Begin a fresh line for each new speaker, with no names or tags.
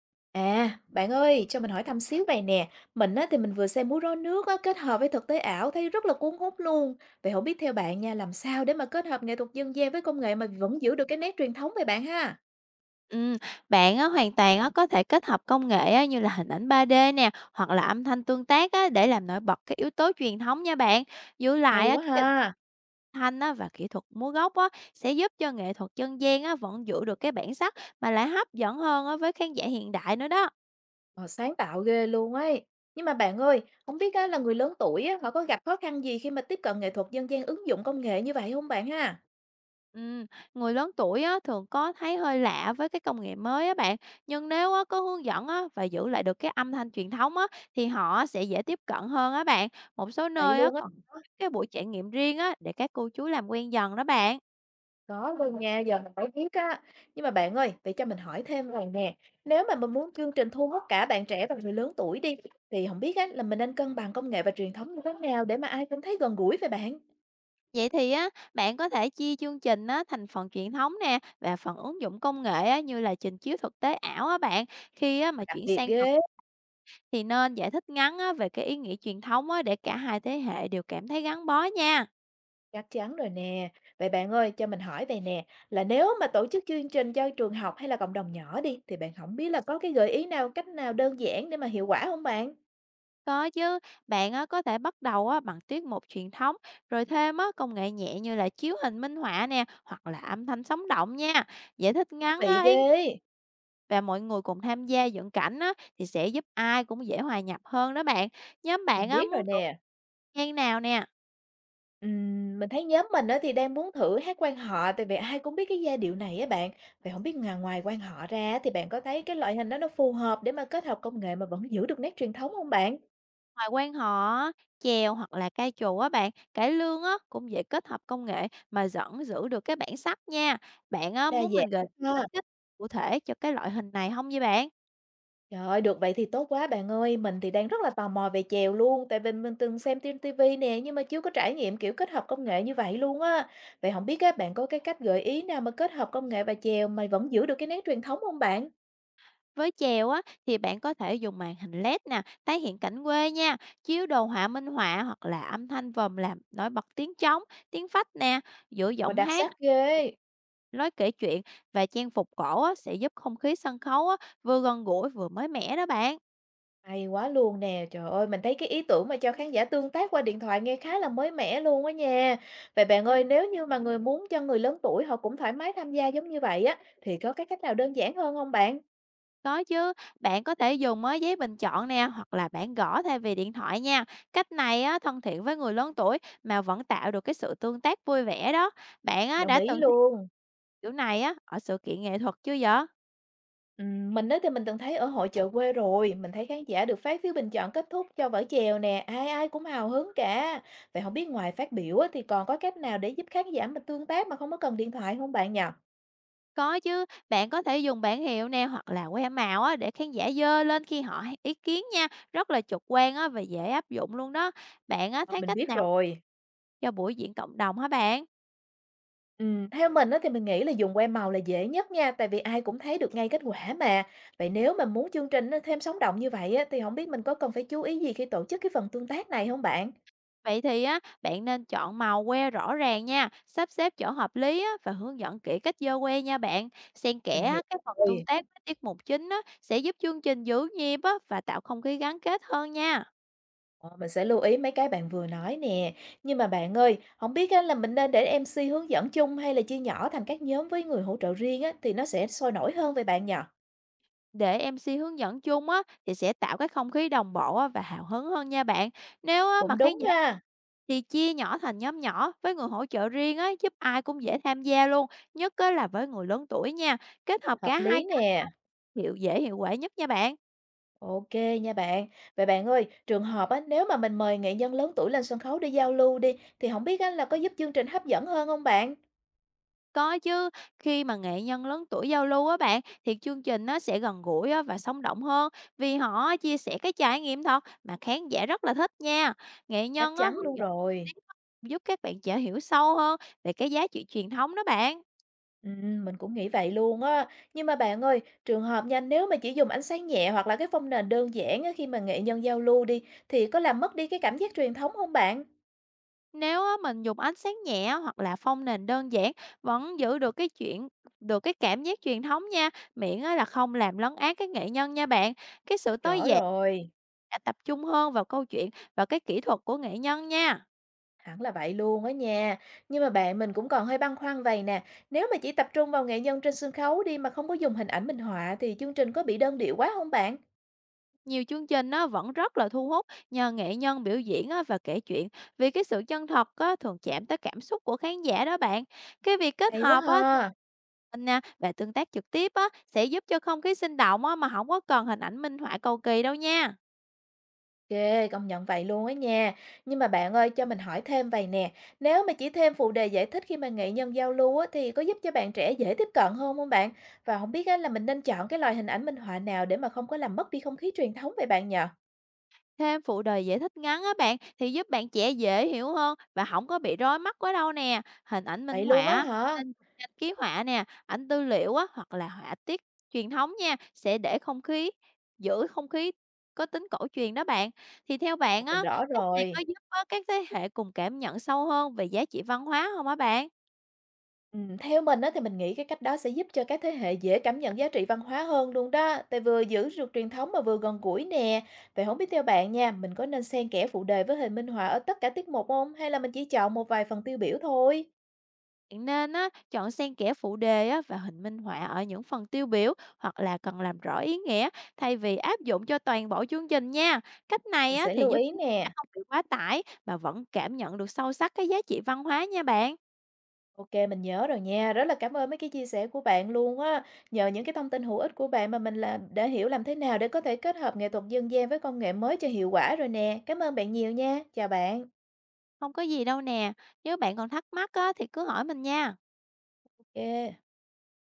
À, bạn ơi, cho mình hỏi thăm xíu này nè. Mình á, thì mình vừa xem múa rối nước á, kết hợp với thực tế ảo thấy rất là cuốn hút luôn. Vậy không biết theo bạn nha, làm sao để mà kết hợp nghệ thuật dân gian với công nghệ mà vẫn giữ được cái nét truyền thống vậy bạn ha?
Ừm, Bạn á, hoàn toàn á, có thể kết hợp công nghệ á, như là hình ảnh 3D nè, hoặc là âm thanh tương tác á, để làm nổi bật cái yếu tố truyền thống nha bạn. Giữ
Hay
lại á,
quá
cái hình
ha.
thanh á, và kỹ thuật múa gốc á, sẽ giúp cho nghệ thuật dân gian á, vẫn giữ được cái bản sắc mà lại hấp dẫn hơn á, với khán giả hiện đại nữa đó.
Ờ, sáng tạo ghê luôn ấy. Nhưng mà bạn ơi, không biết á, là người lớn tuổi á, họ có gặp khó khăn gì khi mà tiếp cận nghệ thuật dân gian ứng dụng công nghệ như vậy không bạn ha?
Ừm, Người lớn tuổi á, thường có thấy hơi lạ với cái công nghệ mới á bạn, nhưng nếu á, có hướng dẫn á, và giữ lại được cái âm thanh truyền thống á, thì họ sẽ dễ tiếp cận hơn á bạn. Một số
Vậy
nơi á,
luôn á.
còn cái buổi trải nghiệm riêng á, để các cô chú làm quen dần đó bạn.
Có luôn nha, giờ mình mới biết á. Nhưng mà bạn ơi, vậy cho mình hỏi thêm vầy nè, nếu mà mình muốn chương trình thu hút cả bạn trẻ và người lớn tuổi đi, thì không biết á là mình nên cân bằng công nghệ và truyền thống như thế nào để mà ai cũng thấy gần gũi với bạn?
Vậy thì á, bạn có thể chia chương trình á, thành phần truyền thống nè và phần ứng dụng công nghệ á, như là trình chiếu thực tế ảo á bạn. Khi á, mà
Đặc
chuyển
biệt
sang phần
ghê,
thì nên giải thích ngắn á, về cái ý nghĩa truyền thống á, để cả hai thế hệ đều cảm thấy gắn bó nha.
chắc chắn rồi nè. Vậy bạn ơi, cho mình hỏi về nè, là nếu mà tổ chức chương trình cho trường học hay là cộng đồng nhỏ đi, thì bạn không biết là có cái gợi ý nào, cách nào đơn giản để mà hiệu quả không bạn?
Có chứ, bạn á, có thể bắt đầu á, bằng tiết mục truyền thống, rồi thêm á, công nghệ nhẹ như là chiếu hình minh họa nè, hoặc là âm thanh sống động nha. Giải thích
Thú
ngắn
vị
á,
ghê!
và mọi người cùng tham gia dựng cảnh á, thì sẽ giúp ai cũng dễ hòa nhập hơn đó bạn. Nhóm
Mình
bạn á,
biết rồi
muốn thử
nè.
gian nào nè,
Mình thấy nhóm mình á thì đang muốn thử hát quan họ tại vì ai cũng biết cái giai điệu này á bạn. Vậy không biết ngoài ngoài quan họ ra á thì bạn có thấy cái loại hình đó nó phù hợp để mà kết hợp công nghệ mà vẫn giữ được nét truyền thống không bạn?
ngoài quan họ, á, chèo hoặc là ca trù á bạn, cải lương á, cũng dễ kết hợp công nghệ mà vẫn giữ được cái bản sắc nha. Bạn á,
Đa
muốn
dạng
mình gợi
ha.
cách cách cụ thể cho cái loại hình này không vậy bạn?
Trời ơi, được vậy thì tốt quá bạn ơi. Mình thì đang rất là tò mò về chèo luôn, tại vì mình từng xem trên ti vi nè, nhưng mà chưa có trải nghiệm kiểu kết hợp công nghệ như vậy luôn á. Vậy không biết các bạn có cái cách gợi ý nào mà kết hợp công nghệ và chèo mà vẫn giữ được cái nét truyền thống không bạn?
Với chèo á, thì bạn có thể dùng màn hình LED nè, tái hiện cảnh quê nha, chiếu đồ họa minh họa hoặc là âm thanh vòm làm nổi bật tiếng trống, tiếng phách nè, giữa
Ồ,
giọng
đặc
hát,
sắc ghê!
lối kể chuyện và trang phục cổ á, sẽ giúp không khí sân khấu á, vừa gần gũi vừa mới mẻ đó bạn.
Hay quá luôn nè. Trời ơi, mình thấy cái ý tưởng mà cho khán giả tương tác qua điện thoại nghe khá là mới mẻ luôn á nha. Vậy bạn ơi, nếu như mà người muốn cho người lớn tuổi họ cũng thoải mái tham gia giống như vậy á, thì có cái cách nào đơn giản hơn không bạn?
Có chứ, bạn có thể dùng á, giấy bình chọn nè hoặc là bảng gõ thay vì điện thoại nha. Cách này á, thân thiện với người lớn tuổi mà vẫn tạo được cái sự tương tác vui vẻ đó. Bạn á,
Đồng
đã
ý
từng thấy
luôn.
kiểu này á, ở sự kiện nghệ thuật chưa vậy?
Mình á thì mình từng thấy ở hội chợ quê rồi, mình thấy khán giả được phát phiếu bình chọn kết thúc cho vở chèo nè, ai ai cũng hào hứng cả. Vậy không biết ngoài phát biểu á, thì còn có cách nào để giúp khán giả mà tương tác mà không có cần điện thoại không bạn nhỉ?
Có chứ, bạn có thể dùng bảng hiệu nè hoặc là que màu á, để khán giả dơ lên khi họ hay ý kiến nha. Rất là trực quan á, và dễ áp dụng luôn đó. Bạn á,
Ờ,
thấy
mình biết
cách nào
rồi.
cho buổi diễn cộng đồng hả bạn?
Theo mình á thì mình nghĩ là dùng que màu là dễ nhất nha, tại vì ai cũng thấy được ngay kết quả mà. Vậy nếu mà muốn chương trình nó thêm sống động như vậy á, thì không biết mình có cần phải chú ý gì khi tổ chức cái phần tương tác này không bạn?
Vậy thì á, bạn nên chọn màu que rõ ràng nha, sắp xếp chỗ hợp lý á, và hướng dẫn kỹ cách giơ que nha bạn. Xen kẽ
Mình hiểu
á, cái phần tương
rồi,
tác với tiết mục chính á, sẽ giúp chương trình giữ nhịp á, và tạo không khí gắn kết hơn nha.
ờ, mình sẽ lưu ý mấy cái bạn vừa nói nè. Nhưng mà bạn ơi, không biết á là mình nên để MC hướng dẫn chung hay là chia nhỏ thành các nhóm với người hỗ trợ riêng á, thì nó sẽ sôi nổi hơn với bạn nhỉ?
Để MC hướng dẫn chung á, thì sẽ tạo cái không khí đồng bộ á, và hào hứng hơn nha bạn. Nếu á, mà
Cũng
khán
đúng
giả đông
ha,
thì chia nhỏ thành nhóm nhỏ với người hỗ trợ riêng á, giúp ai cũng dễ tham gia luôn, nhất á, là với người lớn tuổi nha. Kết hợp
hợp
cả hai
lý
cách á,
nè.
dễ hiệu quả nhất nha bạn.
OK nha bạn. Vậy bạn ơi, trường hợp á, nếu mà mình mời nghệ nhân lớn tuổi lên sân khấu để giao lưu đi, thì không biết á, là có giúp chương trình hấp dẫn hơn không bạn?
Có chứ, khi mà nghệ nhân lớn tuổi giao lưu á bạn, thì chương trình nó sẽ gần gũi á và sống động hơn vì họ chia sẻ cái trải nghiệm thật mà khán giả rất là thích nha. Nghệ
Chắc
nhân á
chắn
hướng
luôn
dẫn
rồi.
giúp các bạn trẻ hiểu sâu hơn về cái giá trị truyền thống đó bạn.
Mình cũng nghĩ vậy luôn á. Nhưng mà bạn ơi, trường hợp nha, nếu mà chỉ dùng ánh sáng nhẹ hoặc là cái phông nền đơn giản á, khi mà nghệ nhân giao lưu đi, thì có làm mất đi cái cảm giác truyền thống không bạn?
Nếu á mình dùng ánh sáng nhẹ hoặc là phông nền đơn giản vẫn giữ được cái cảm giác truyền thống nha, miễn á là không làm lấn át cái nghệ nhân nha bạn. Cái sự tối
Rõ
giản
rồi.
đã tập trung hơn vào câu chuyện và cái kỹ thuật của nghệ nhân nha.
Hẳn là vậy luôn á nha. Nhưng mà bạn mình cũng còn hơi băn khoăn vầy nè, nếu mà chỉ tập trung vào nghệ nhân trên sân khấu đi mà không có dùng hình ảnh minh họa thì chương trình có bị đơn điệu quá không bạn?
Nhiều chương trình á, vẫn rất là thu hút nhờ nghệ nhân biểu diễn á, và kể chuyện vì cái sự chân thật á, thường chạm tới cảm xúc của khán giả đó bạn. Cái việc kết
Hay quá
hợp á, thì
ha.
hình nè và tương tác trực tiếp á, sẽ giúp cho không khí sinh động á, mà không có cần hình ảnh minh họa cầu kỳ đâu nha.
Ghê, công nhận vậy luôn á nha. Nhưng mà bạn ơi, cho mình hỏi thêm vầy nè, nếu mà chỉ thêm phụ đề giải thích khi mà nghệ nhân giao lưu á, thì có giúp cho bạn trẻ dễ tiếp cận hơn không bạn? Và không biết á là mình nên chọn cái loại hình ảnh minh họa nào để mà không có làm mất đi không khí truyền thống vậy bạn nhỉ?
Thêm phụ đề giải thích ngắn á bạn thì giúp bạn trẻ dễ hiểu hơn và không có bị rối mắt quá đâu nè. Hình ảnh minh
Vậy luôn á
họa
hả?
nên dùng tranh ký họa nè, ảnh tư liệu á hoặc là họa tiết truyền thống nha, sẽ để không khí giữ không khí có tính cổ truyền đó bạn. Thì theo bạn
Mình
á,
rõ
cách này có
rồi.
giúp á các thế hệ cùng cảm nhận sâu hơn về giá trị văn hóa không á bạn?
Theo mình á, thì mình nghĩ cái cách đó sẽ giúp cho các thế hệ dễ cảm nhận giá trị văn hóa hơn luôn đó, tại vừa giữ được truyền thống mà vừa gần gũi nè. Vậy không biết theo bạn nha, mình có nên xen kẽ phụ đề với hình minh họa ở tất cả tiết mục không? Hay là mình chỉ chọn một vài phần tiêu biểu thôi?
Bạn nên á, chọn xen kẽ phụ đề á, và hình minh họa ở những phần tiêu biểu hoặc là cần làm rõ ý nghĩa thay vì áp dụng cho toàn bộ chương trình nha. Cách này
Mình
á,
sẽ
thì
lưu
giúp
ý
khán giả
nè.
không bị quá tải mà vẫn cảm nhận được sâu sắc cái giá trị văn hóa nha bạn.
Ok, mình nhớ rồi nha. Rất là cảm ơn mấy cái chia sẻ của bạn luôn á. Nhờ những cái thông tin hữu ích của bạn mà mình là đã hiểu làm thế nào để có thể kết hợp nghệ thuật dân gian với công nghệ mới cho hiệu quả rồi nè. Cảm ơn bạn nhiều nha. Chào bạn.
Không có gì đâu nè. Nếu bạn còn thắc mắc á, thì cứ hỏi mình nha.
Ok.